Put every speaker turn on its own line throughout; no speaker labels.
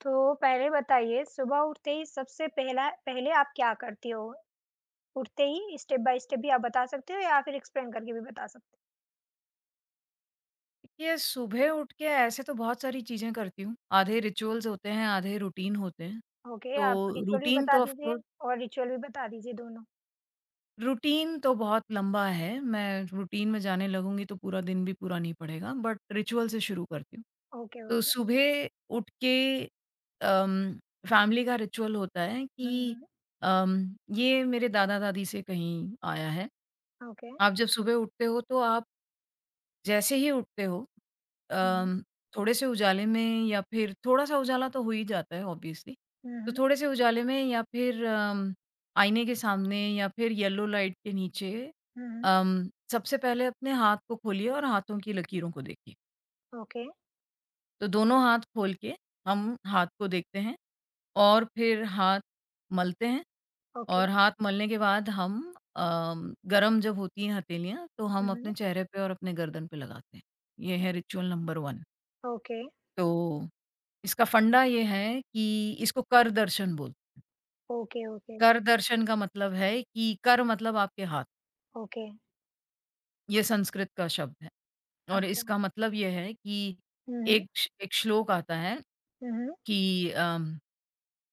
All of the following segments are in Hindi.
तो पहले बताइए सुबह उठते ही सबसे पहला पहले आप क्या करती हो? उठते ही स्टेप बाय स्टेप भी आप बता सकते हो या फिर एक्सप्लेन करके भी बता सकते
देखिए, सुबह उठ के ऐसे तो बहुत सारी चीज़ें करती हूँ। आधे रिचुअल्स होते हैं, आधे रूटीन होते हैं।
हो? ओके, आप
तो
रिचुअल भी
रूटीन
बता
तो ऑफ
दीजिए
कोर्स।
और रिचुअल भी बता दीजिए दोनों।
रूटीन तो बहुत लंबा है। मैं रूटीन में जाने लगूँगी तो पूरा दिन भी पूरा नहीं पड़ेगा, बट रिचुअल से शुरू करती हूँ।
ओके,
तो
ओके।
सुबह उठ के अम, फैमिली का रिचुअल होता है
हुँ,
कि
हुँ।
ये मेरे दादा-दादी से कहीं आया है।
ओके।
आप जब सुबह उठते हो तो आप जैसे ही उठते हो
हुँ, हुँ।
अम, थोड़े से उजाले में, या फिर थोड़ा-सा उजाला तो हो ही जाता है ऑब्वियसली।
हुँ,
तो
हुँ।
थोड़े से उजाले में, या फिर आईने के सामने, या फिर येलो लाइट के नीचे
हुँ।
सबसे पहले अपने हाथ को खोलिए और हाथों की लकीरों को देखिए।
ओके,
तो दोनों हाथ खोल के हम हाथ को देखते हैं और फिर हाथ मलते हैं।
ओके।
और हाथ मलने के बाद हम गरम जब होती हैं हथेलियाँ तो
हुँ,
हम अपने
हुँ।
चेहरे पे और अपने गर्दन पे लगाते हैं। ये है रिचुअल नंबर 1।
ओके,
तो इसका फंडा ये है कि इसको कर दर्शन बोलते हैं।
ओके, ओके,
कर दर्शन का मतलब है कि कर मतलब आपके हाथ।
ओके।
ये संस्कृत का शब्द है और
अच्छा।
इसका मतलब ये है कि
हुँ, हुँ।
एक श्लोक आता है
हुँ, हुँ।
कि अम,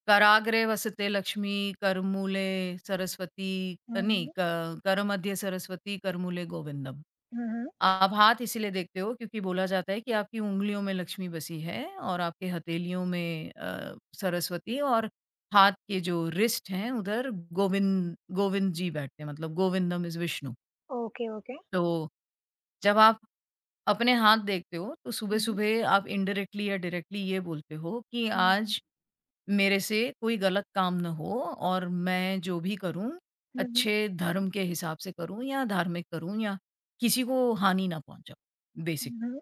कराग्रे वसते लक्ष्मी, करमूले सरस्वती।
हुँ,
नहीं,
हुँ।
क करमध्ये सरस्वती, करमूले गोविंदम।
हुँ, हुँ।
आप हाथ इसीलिए देखते हो क्योंकि बोला जाता है कि आपकी उँगलियों में लक्ष्मी बसी है और आपके हथेलियों में सरस्वती, और हाथ के जो रिस्ट हैं उधर गोविंद गोविंद जी बैठते हैं, मतलब गोविंदम इज़ विष्णु।
Okay, okay.
तो जब आप अपने हाथ देखते हो तो
हुँ, हुँ।
सुबह-सुबह आप इनडायरेक्टली या डायरेक्टली ये बोलते हो कि
हुँ।
आज मेरे से कोई गलत काम ना हो, और मैं जो भी करूँ
हुँ, हुँ।
अच्छे धर्म के हिसाब से करूँ या धार्मिक करूँ, या किसी को हानि ना पहुँचाऊँ बेसिकली।
हुँ, हुँ।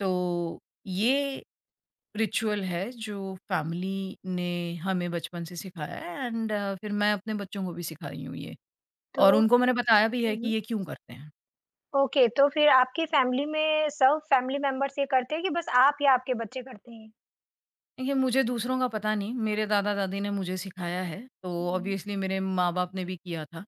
तो ये रिचुअल है जो फैमिली ने हमें बचपन से सिखाया है, एंड फिर मैं अपने बच्चों को भी सिखा रही हूँ ये।
तो
और उनको मैंने बताया भी है
हुँ,
कि
हुँ।
ये क्यों करते हैं।
ओके, तो फिर आपकी फैमिली में सब फैमिली मेंबर्स ये करते हैं कि बस आप या आपके बच्चे करते हैं?
देखिए, मुझे दूसरों का पता नहीं, मेरे दादा-दादी ने मुझे सिखाया है, तो
हुँ, हुँ।
ऑब्वियसली मेरे माँ-बाप ने भी किया था।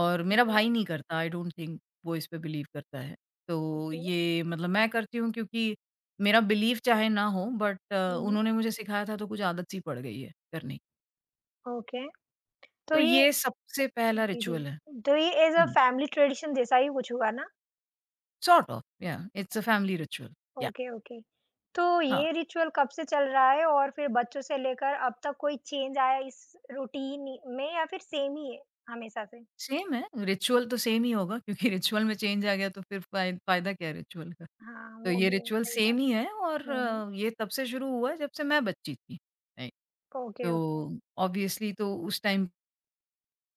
और मेरा
ओके,
भाई नहीं करता, आई डोंट थिंक वो इस पे बिलीव करता है। तो
ओके।
ये मतलब मैं करती हूँ क्योंकि मेरा बिलीव चाहे ना हो, बट
हुँ, हुँ।
उन्होंने मुझे सिखाया था तो कुछ आदत सी पड़ गई है करने की।
ओके, तो
तो
ये
ये सबसे पहला
जी,
रिचुअल है।
जी। तो ये as a
hmm,
family tradition जैसा ही कुछ हुआ ना?
सॉर्ट ऑफ, या इट्स अ फैमिली रिचुअल, या
ओके, ओके। तो
हाँ,
ये रिचुअल कब से चल रहा है और फिर बच्चों से लेकर अब तक कोई चेंज आया इस रूटीन इ में या फिर सेम ही है हमेशा से?
सेम है। रिचुअल तो सेम ही होगा, क्योंकि रिचुअल में चेंज आ गया तो फिर फ़ायदा क्या है रिचुअल का?
हाँ,
तो
वो
ये
भी है,
रिचुअल
सही बात।
सेम ही है, और
हुँ, हुँ।
ये तब से शुरू हुआ है जब से मैं बच्ची थी। राइट।
Okay, okay.
तो ऑब्वियसली तो उस टाइम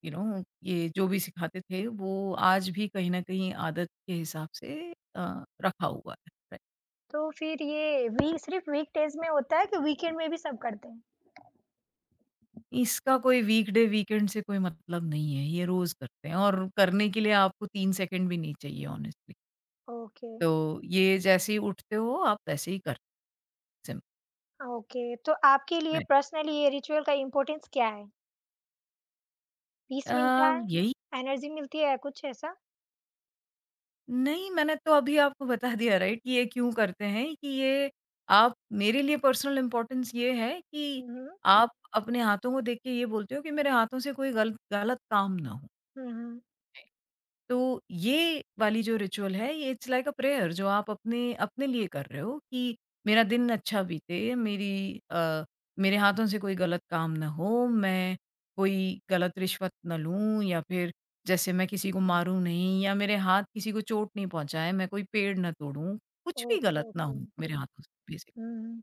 यू नो, ये जो भी सिखाते थे वो आज भी कहीं न कहीं आदत के हिसाब से रखा हुआ है। राइट।
तो फिर ये वी सिर्फ़ वीकडेज़ में होता है कि वीकेंड में भी सब करते हैं?
इसका कोई वीकडे, वीकेंड से कोई मतलब नहीं है, ये रोज़ करते हैं, और करने के लिए आपको 3 सेकंड भी नहीं चाहिए ऑनेस्टली।
ओके।
तो ये जैसे ही उठते हो आप वैसे ही करते। सिम
ओके, तो आपके लिए
राइट।
पर्सनली ये रिचुअल का इम्पोर्टेंस क्या है? पीस मिलता है?
यही।
एनर्जी मिलती है? कुछ ऐसा?
नहीं, मैंने तो अभी आपको बता दिया राइट, कि ये क्यों करते हैं। कि ये आप, मेरे लिए पर्सनल इम्पोर्टेंस ये है कि
हुँ, हुँ।
आप अपने हाथों को देख के ये बोलते हो कि मेरे हाथों से कोई गलत गलत काम ना हो।
हुँ, हुँ।
तो ये वाली जो रिचुअल है, ये इट्स लाइक अ प्रेयर जो आप अपने अपने लिए कर रहे हो कि मेरा दिन अच्छा बीते, मेरे हाथों से कोई गलत काम ना हो, मैं कोई गलत रिश्वत ना लूँ, या फिर जैसे मैं किसी को मारूँ नहीं, या मेरे हाथ किसी को चोट नहीं पहुँचाए, मैं कोई पेड़ ना तोड़ूँ, कुछ भी गलत
ओके,
ना हो
ओके, ओके।
मेरे हाथों से बेसिकली।
हुँ।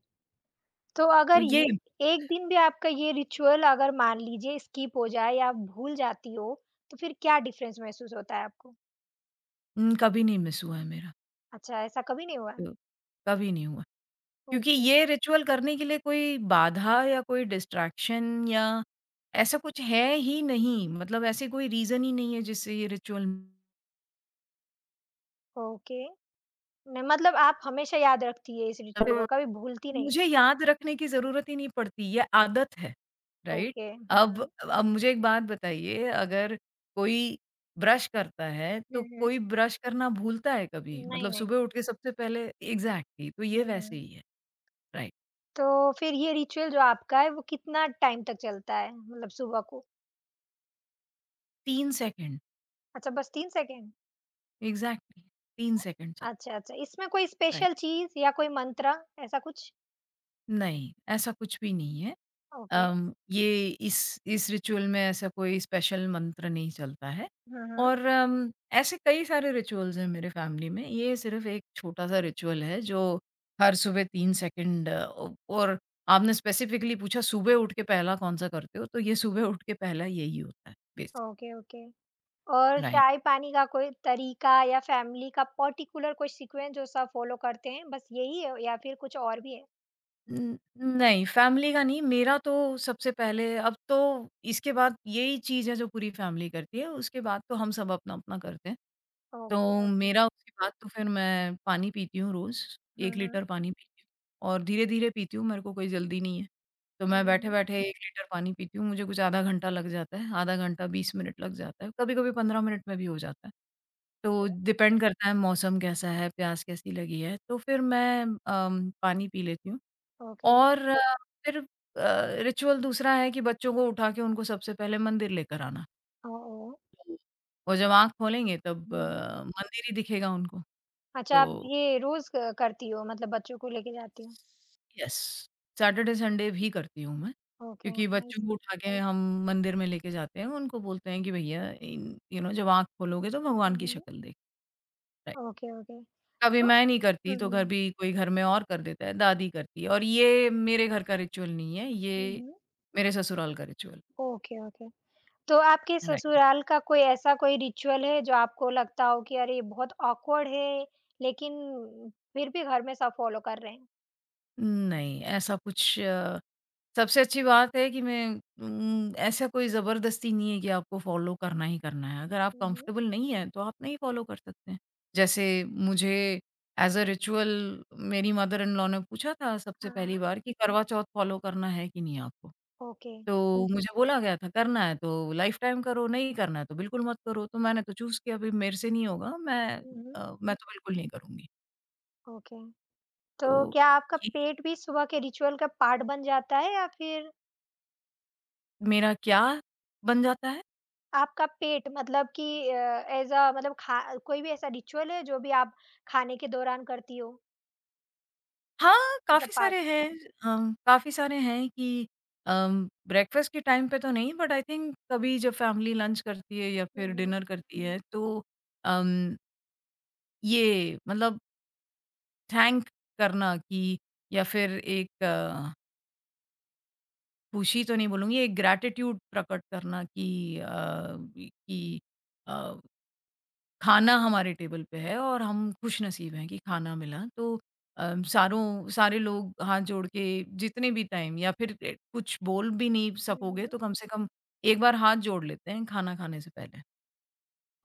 तो
तो
अगर ये एक दिन भी आपका ये रिचुअल अगर मान लीजिए स्किप हो जाए या आप भूल जाती हो, तो फिर क्या डिफरेंस महसूस होता है आपको?
कभी नहीं मिस हुआ है मेरा,
अच्छा, ऐसा कभी नहीं हुआ है?
तो कभी नहीं हुआ। क्योंकि
ओके,
ये रिचुअल करने के लिए कोई बाधा या कोई डिस्ट्रैक्शन या ऐसा कुछ है ही नहीं, मतलब ऐसे कोई रीज़न ही नहीं है जिससे ये रिचुअल।
ओके। न मतलब आप हमेशा याद रखती है इस रिचुअल
हुँ।
को, कभी भूलती नहीं?
मुझे याद रखने की ज़रूरत ही नहीं पड़ती, ये आदत है, राइट?
ओके। हुँ,
अब
हुँ।
अब मुझे एक बात बताइए, अगर कोई ब्रश करता है,
हुँ,
तो
हुँ।
कोई ब्रश करना भूलता है कभी?
नहीं,
मतलब
नहीं।
सुबह उठ के सबसे पहले एग्ज़ैक्टली तो ये
हुँ,
वैसे
हुँ।
ही है, राइट।
तो फिर ये रिचुअल जो आपका है, वो कितना टाइम तक चलता है? मतलब सुबह को?
3 सेकंड।
अच्छा बस 3 सेकंड?
एग्ज़ैक्टली 3 सेकंड चल।
अच्छा, अच्छा। इसमें कोई
राइट।
स्पेशल चीज़ या कोई मंत्र ऐसा कुछ?
नहीं, ऐसा कुछ भी नहीं है।
ओके।
ये इस रिचुअल में ऐसा कोई स्पेशल मंत्र नहीं चलता है।
हुँ, हुँ।
और ऐसे कई सारे रिचुअल्स हैं मेरे फैमिली में। ये सिर्फ़ एक छोटा-सा रिचुअल है जो हर सुबह 3 सेकंड। अ, औ और आपने स्पेसिफिकली पूछा सुबह उठ के पहला कौन-सा करते हो? तो ये सुबह उठ के पहला यही होता है बेसिक।
Okay, okay. और
राइट।
चाय-पानी का कोई तरीका या फैमिली का पर्टिकुलर कोई सीक्वेंस जो सब फॉलो करते हैं, बस यही है या फिर कुछ और भी है?
न नहीं, फैमिली का नहीं। मेरा तो सबसे पहले, अब तो इसके बाद यही चीज़ है जो पूरी फैमिली करती है, उसके बाद तो हम सब अपना-अपना करते हैं। तो
ओके, ओके।
मेरा उसके बाद तो फिर मैं पानी पीती हूँ रोज़, 1
हुँ, हुँ।
लीटर पानी पीती हूँ और धीरे-धीरे पीती हूँ, मेरे को कोई जल्दी नहीं है। तो मैं
हुँ, हुँ।
बैठे-बैठे 1 लीटर पानी पीती हूँ, मुझे कुछ आधा घंटा लग जाता है, आधा घंटा 20 मिनट लग जाता है, कभी-कभी 15 मिनट में भी हो जाता है। तो डिपेंड करता है मौसम कैसा है, प्यास कैसी लगी है। तो फिर मैं पानी पी लेती हूँ।
ओके।
और फिर रिचुअल दूसरा है कि बच्चों को उठा के उनको सबसे पहले मंदिर लेकर आना।
ओह! ओह!
वो जब आँख खोलेंगे तब
हुँ, हुँ।
मंदिर ही दिखेगा उनको,
अच्छा आप
तो
ये रोज़ क करती हो मतलब बच्चों को लेके जाती हो?
यस, सैटरडे संडे भी करती हूँ मैं,
ओके,
क्योंकि
नाइस।
बच्चों को उठा के हम मंदिर में लेके जाते हैं, उनको बोलते हैं कि भैया इन यू नो, जब आँख खोलोगे तो भगवान
हुँ,
की
हुँ।
शक्ल देख। राइट।
Okay, okay.
कभी
तो
मैं नहीं करती
हुँ,
तो घर
हुँ।
भी कोई घर में और कर देता है, दादी करती है। और ये मेरे घर का रिचुअल नहीं है,
हुँ,
ये
हुँ।
मेरे ससुराल का रिचुअल
ओके, ओके। तो आपके
है, राइट।
ससुराल का कोई ऐसा कोई रिचुअल है जो आपको लगता हो कि अरे ये बहुत ऑकवर्ड है, लेकिन फिर भी घर में सब फॉलो कर रहे हैं?
नहीं, ऐसा कुछ सबसे अच्छी बात है कि ऐसा कोई ज़बरदस्ती नहीं है कि आपको फ़ॉलो करना ही करना है। अगर आप
हुँ, हुँ।
कंफ़र्टेबल नहीं हैं, तो आप नहीं फ़ॉलो कर सकते हैं। जैसे मुझे एज़ अ रिचुअल, मेरी मदर इन लॉ ने पूछा था सबसे
हाँ,
पहली बार, कि करवा चौथ फ़ॉलो करना है कि नहीं आपको?
ओके।
तो हुँ। मुझे बोला गया था करना है तो लाइफ़ टाइम करो, नहीं करना है तो बिल्कुल मत करो। तो मैंने तो चूज़ किया, भाई मेरे से नहीं होगा,
हुँ, हुँ।
मैं तो बिल्कुल नहीं करूँगी।
ओके।
तो
तो क्या आपका
ये
पेट भी सुबह के रिचुअल का पार्ट बन जाता है या फिर
मेरा क्या बन जाता है?
आपका पेट मतलब कि अ, ऐज़ अ मतलब खा कोई भी ऐसा रिचुअल है जो भी आप खाने के दौरान करती हो?
हाँ,
एज़ अ
काफ़ी
पार्ट?
सारे हैं। काफ़ी सारे हैं कि ब्रेकफ़ास्ट के टाइम पे तो नहीं, बट आई थिंक कभी जब फ़ैमिली लंच करती है या
हुँ,
फिर
हुँ।
डिनर करती है तो अम, ये मतलब थैंक करना कि, या फिर एक खुशी तो नहीं बोलूँगी, एक ग्रैटिट्यूड प्रकट करना कि अ खाना हमारे टेबल पे है और हम खुशनसीब हैं कि खाना मिला। तो अ, सारों सारे लोग हाथ जोड़ के जितने भी टाइम, या फिर कुछ बोल भी नहीं
हुँ,
सकोगे
हुँ।
तो कम से कम एक बार हाथ जोड़ लेते हैं खाना खाने से पहले।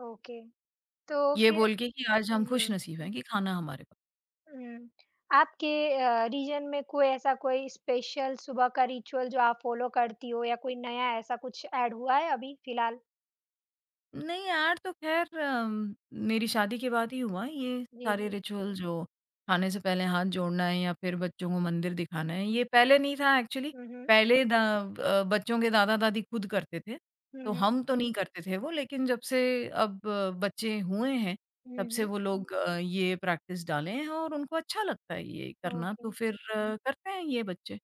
ओके। तो
ये
फिर
बोल के कि आज
हुँ,
हम
हुँ।
खुशनसीब हैं कि खाना हमारे पास।
हुँ। आपके रीजन में कोई ऐसा कोई स्पेशल सुबह का रिचुअल जो आप फ़ॉलो करती हो या कोई नया ऐसा कुछ ऐड हुआ है अभी फ़िलहाल?
नहीं यार, तो ख़ैर मेरी शादी के बाद ही हुआ ये
जी,
सारे
जी।
रिचुअल जो खाने से पहले हाथ जोड़ना है या फिर बच्चों को मंदिर दिखाना है, ये पहले नहीं था एक्चुअली।
हुँ, हुँ।
पहले बच्चों के दादा-दादी खुद करते थे,
हुँ,
तो
हुँ।
हम तो नहीं करते थे वो, लेकिन जब से अब बच्चे हुए हैं, तब
हुँ,
से
हुँ।
वो लोग ये प्रैक्टिस डाले हैं और उनको अच्छा लगता है ये करना,
ओके।
तो फिर करते हैं ये बच्चे।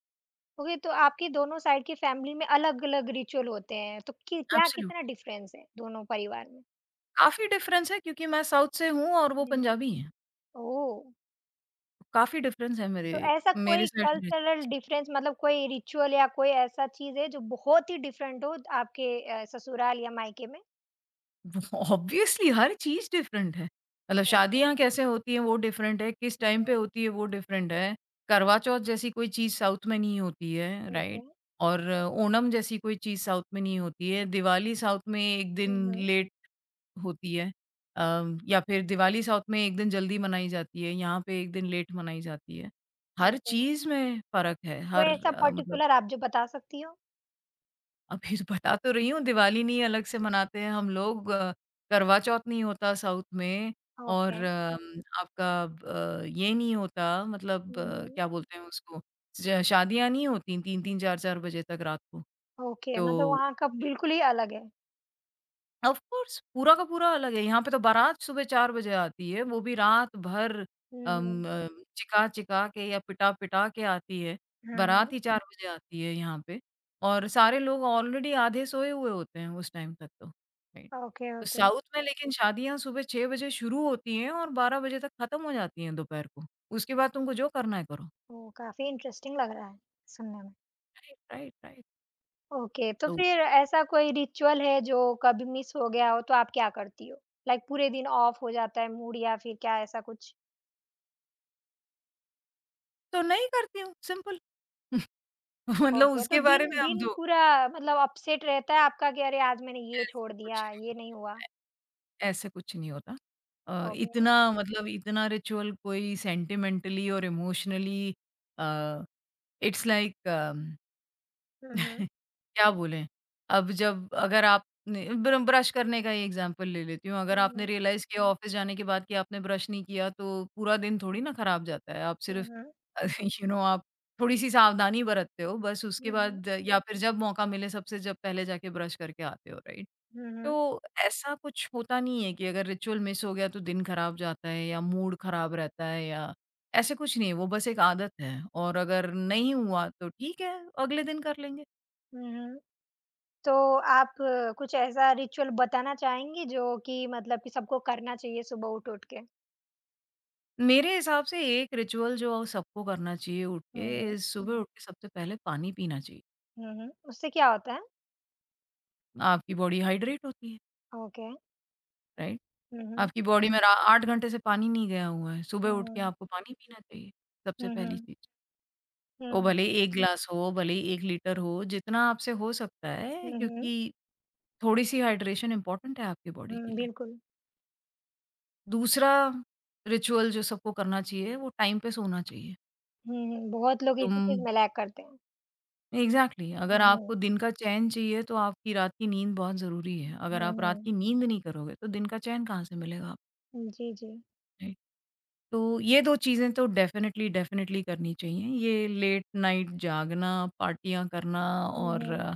ओके, तो आपकी दोनों साइड की फ़ैमिली में अलग-अलग रिचुअल होते हैं, तो कि क्या
एब्सोल्यूट
कितना डिफ़रेंस है दोनों परिवार में?
काफ़ी डिफ़रेंस है क्योंकि मैं साउथ से हूँ और वो
हुँ, हुँ।
पंजाबी हैं।
ओह!
काफ़ी डिफ़रेंस है मेरे
तो ऐसा
मेरे
कोई
साइड के
कल्चरल
रिचुअल्स
डिफ़रेंस मतलब कोई रिचुअल या कोई ऐसा चीज़ है जो बहुत ही डिफ़रेंट हो आपके ससुराल या मायके में?
में। ऑब्वियसली हर चीज़ डिफ़रेंट है। मतलब
ओके,
शादियाँ
ओके।
कैसे होती हैं वो डिफ़रेंट है, किस
हुँ,
टाइम पे
हुँ।
होती है वो डिफ़रेंट है। करवा चौथ जैसी कोई चीज़ साउथ में नहीं होती है,
ओके।
राइट? और ओणम जैसी कोई चीज़ साउथ में नहीं होती है। दिवाली साउथ में 1
हुँ,
दिन
हुँ।
लेट होती है। या फिर दिवाली साउथ में 1 दिन जल्दी मनाई जाती है, यहाँ पे 1 दिन लेट मनाई जाती है। हर
ओके।
चीज़ में फ़र्क है,
कोई
हर
ऐसा
अ, मतलब
पर्टिकुलर आप जो बता सकती हो?
अभी तो बता तो रही हूँ दिवाली नहीं अलग से मनाते हैं हम लोग, करवा चौथ नहीं होता साउथ में और
ओके।
आपका ये नहीं होता मतलब
हुँ, हुँ।
क्या बोलते हैं उसको। शादियाँ नहीं होती तीन तीन चार चार बजे तक रात को।
ओके,
तो
मतलब वहाँ का बिल्कुल ही अलग है।
ऑफ कोर्स पूरा का पूरा अलग है। यहाँ पे तो बारात सुबह 4 बजे आती है, वो भी रात भर
हुँ,
अम,
हुँ।
अ, चिका-चिका के या पिटा-पिटा के आती है।
हाँ,
बारात
हाँ।
ही 4 बजे आती है यहाँ पे और सारे लोग ऑलरेडी आधे सोए हुए होते हैं उस टाइम तक तो, राइट।
ओके,
तो
ओके।
साउथ में लेकिन शादियाँ सुबह 6 बजे शुरू होती हैं और 12 बजे तक खत्म हो जाती हैं दोपहर को। उसके बाद तुमको जो करना है करो।
ओह! काफ़ी इंटरेस्टिंग लग रहा है सुनने में।
Right, right, right.
ओके, तो
तो
फिर ऐसा कोई रिचुअल है जो कभी मिस हो गया हो तो आप क्या करती हो? लाइक पूरे दिन ऑफ हो जाता है मूड या फिर क्या ऐसा कुछ?
तो नहीं करती हूँ, सिंपल। मतलब
ओके, तो
उसके बारे
दिन
में अब
दिन
जो
पूरा मतलब अपसेट रहता है आपका कि अरे आज मैंने ये छोड़
ऐसा कुछ
दिया, ये
नहीं
नहीं हुआ।
है, ऐ ऐसा कुछ नहीं होता।
ओके।
इतना मतलब इतना रिचुअल कोई सेंटिमेंटली और emotionally. Uh, it's like
hmm, hmm.
क्या बोलें? अब जब अगर आपने ब्रश करने का ही एग्ज़ाम्पल ले लेती हूँ, अगर
हुँ,
आपने
हुँ।
रियलाइज़ किया ऑफ़िस जाने के बाद कि आपने ब्रश नहीं किया, तो पूरा दिन थोड़ी ना ख़राब जाता है। आप
हुँ,
सिर्फ़
हुँ।
अ, आप थोड़ी-सी सावधानी बरतते हो बस उसके
हुँ, हुँ।
बाद या फिर जब मौका मिले सबसे जब पहले जाके ब्रश करके आते हो, राइट?
हुँ, हुँ।
तो ऐसा कुछ होता नहीं है कि अगर रिचुअल मिस हो गया तो दिन खराब जाता है या मूड खराब रहता है या ऐसा कुछ नहीं है, वो बस एक आदत है और अगर नहीं हुआ तो ठीक है, अगले दिन कर लेंगे।
हुँ, हुँ। तो आप कुछ ऐसा रिचुअल बताना चाहेंगी जो कि मतलब कि सबको करना चाहिए सुबह उठ-उठ के?
मेरे हिसाब से एक रिचुअल जो सबको करना चाहिए उठ
हुँ,
के
हुँ।
इज़ सुबह उठ के सबसे पहले पानी पीना चाहिए।
हुँ, हुँ। उससे क्या होता है?
आपकी बॉडी हाइड्रेट होती है,
ओके।
राइट?
हुँ, हुँ।
आपकी बॉडी में रा 8 घंटे से पानी नहीं गया हुआ है, सुबह
हुँ,
उठ के
हुँ।
आपको पानी पीना चाहिए, सबसे
हुँ,
पहली
हुँ।
चीज़। वो
हुँ।
भले ही 1 ग्लास हो, भले ही 1 लीटर हो, जितना आपसे हो सकता है
हुँ, हुँ।
क्योंकि थोड़ी-सी हाइड्रेशन इम्पोर्टेंट है आपकी बॉडी के
हुँ,
लिए।
बिल्कुल।
दूसरा रिचुअल जो सबको करना चाहिए वो टाइम पे सोना चाहिए।
हुँ, हुँ। बहुत लोग इसी चीज़
तुम
में लैग करते हैं।
एग्ज़ैक्टली अगर
हुँ,
आपको
हुँ।
दिन का चैन चाहिए तो आपकी रात की नींद बहुत ज़रूरी है। अगर
हुँ,
आप रात
हुँ।
की नींद नहीं करोगे तो दिन का चैन कहाँ से मिलेगा
जी, जी।
आपको? तो ये 2 चीज़ें तो डेफ़िनेटली, डेफ़िनेटली करनी चाहिए। ये लेट नाइट जागना, पार्टियाँ करना
हुँ,
और
हुँ।
अ,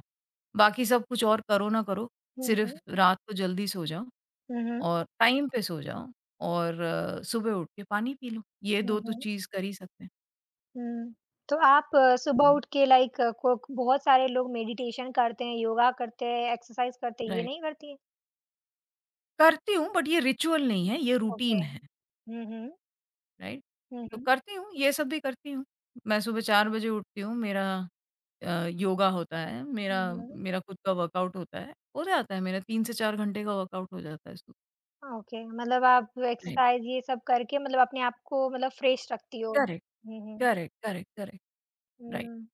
बाकी सब कुछ और करो ना करो,
हुँ,
सिर्फ़
हुँ।
रात को जल्दी सो जाओ
हुँ, हुँ।
और टाइम पे सो जाओ और सुबह उठ के पानी पी लो। ये 2
हुँ,
तो
हुँ।
चीज़ कर ही सकते हैं।
हुँ। तो आप सुबह
हुँ।
उठ के लाइक को बहुत सारे लोग मेडिटेशन करते हैं, योगा करते हैं, एक्सरसाइज़ करते हैं, ये
राइट।
नहीं करती हैं?
करती हूँ बट ये रिचुअल नहीं है, ये रूटीन
ओके।
है,
हुँ, हुँ।
राइट?
हुँ,
तो
हुँ।
करती हूँ, ये सब भी करती हूँ। मैं सुबह 4 बजे उठती हूँ, मेरा योगा होता है, मेरा
हुँ, हुँ।
मेरा खुद का वर्कआउट होता है, हो जाता है मेरा 3 से 4 घंटे का वर्कआउट हो जाता है सुबह,
ओके, मतलब आप
राइट।
एक्सरसाइज़ ये सब करके मतलब अपने आप को मतलब फ्रेश रखती हो।
करेक्ट,
हुँ, हुँ।
Correct, correct, correct. राइट,
हुँ,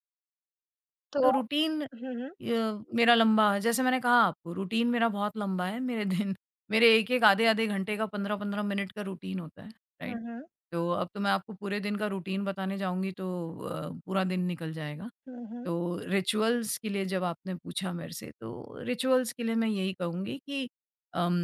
तो रूटीन
हुँ, हुँ।
अ, मेरा लंबा है, जैसे मैंने कहा आपको रूटीन मेरा बहुत लंबा है, मेरे एक-एक, आधे-आधे घंटे का 15-15 मिनट का रूटीन होता है,
हुँ,
राइट।
हुँ।
तो अब तो मैं आपको पूरे दिन का रूटीन बताने जाऊँगी तो पूरा दिन निकल जाएगा।
हुँ, हुँ।
तो रिचुअल्स के लिए जब आपने पूछा मेरे से, तो रिचुअल्स के लिए मैं यही कहूँगी कि अम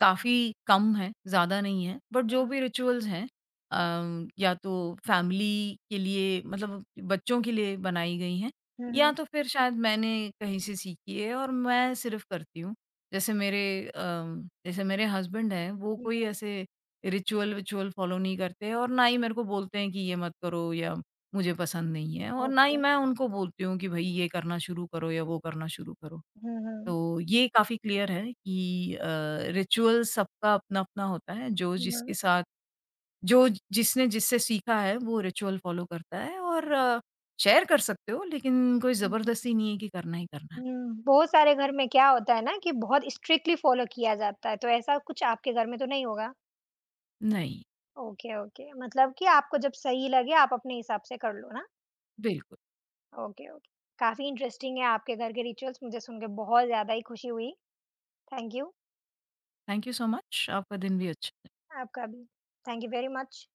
काफ़ी कम है, ज़्यादा नहीं है, बट जो
हुँ,
भी रिचुअल्स हैं या तो फैमिली के लिए मतलब बच्चों के लिए बनाई गई हैं
हुँ,
या
हुँ,
तो फिर शायद मैंने कहीं से सीखी है और मैं सिर्फ़ करती हूँ। जैसे मेरे जैसे मेरे हस्बैंड हैं, वो
हुँ।
कोई ऐसे रिचुअल-विचुअल फ़ॉलो नहीं करते हैं और ना ही मेरे को बोलते हैं कि ये मत करो या मुझे पसंद नहीं है और ना ही
ओके।
मैं उनको बोलती हूँ कि भई ये करना शुरू करो या वो करना शुरू करो।
हुँ, हुँ।
तो ये काफ़ी क्लियर है कि रिचुअल सबका अपना-अपना होता है, जो
हुँ,
जिसके
हुँ।
साथ जो जिसने जिससे सीखा है वो रिचुअल फ़ॉलो करता है और शेयर कर सकते हो लेकिन कोई
हुँ, हुँ।
ज़बरदस्ती नहीं है कि करना ही करना है।
हुँ, बहुत सारे घर में क्या होता है ना कि बहुत स्ट्रिक्टली फ़ॉलो किया जाता है, तो ऐसा कुछ आपके घर में तो नहीं होगा?
नहीं,
ओके, ओके। मतलब कि आपको जब सही लगे आप अपने हिसाब से कर लो ना?
बिल्कुल।
Okay, okay. काफ़ी इंटरेस्टिंग है आपके घर के रिचुअल्स मुझे सुन के बहुत ज़्यादा ही खुशी हुई। Thank you.
Thank you so much, आपका दिन भी अच्छा
आपका भी। Thank you very much.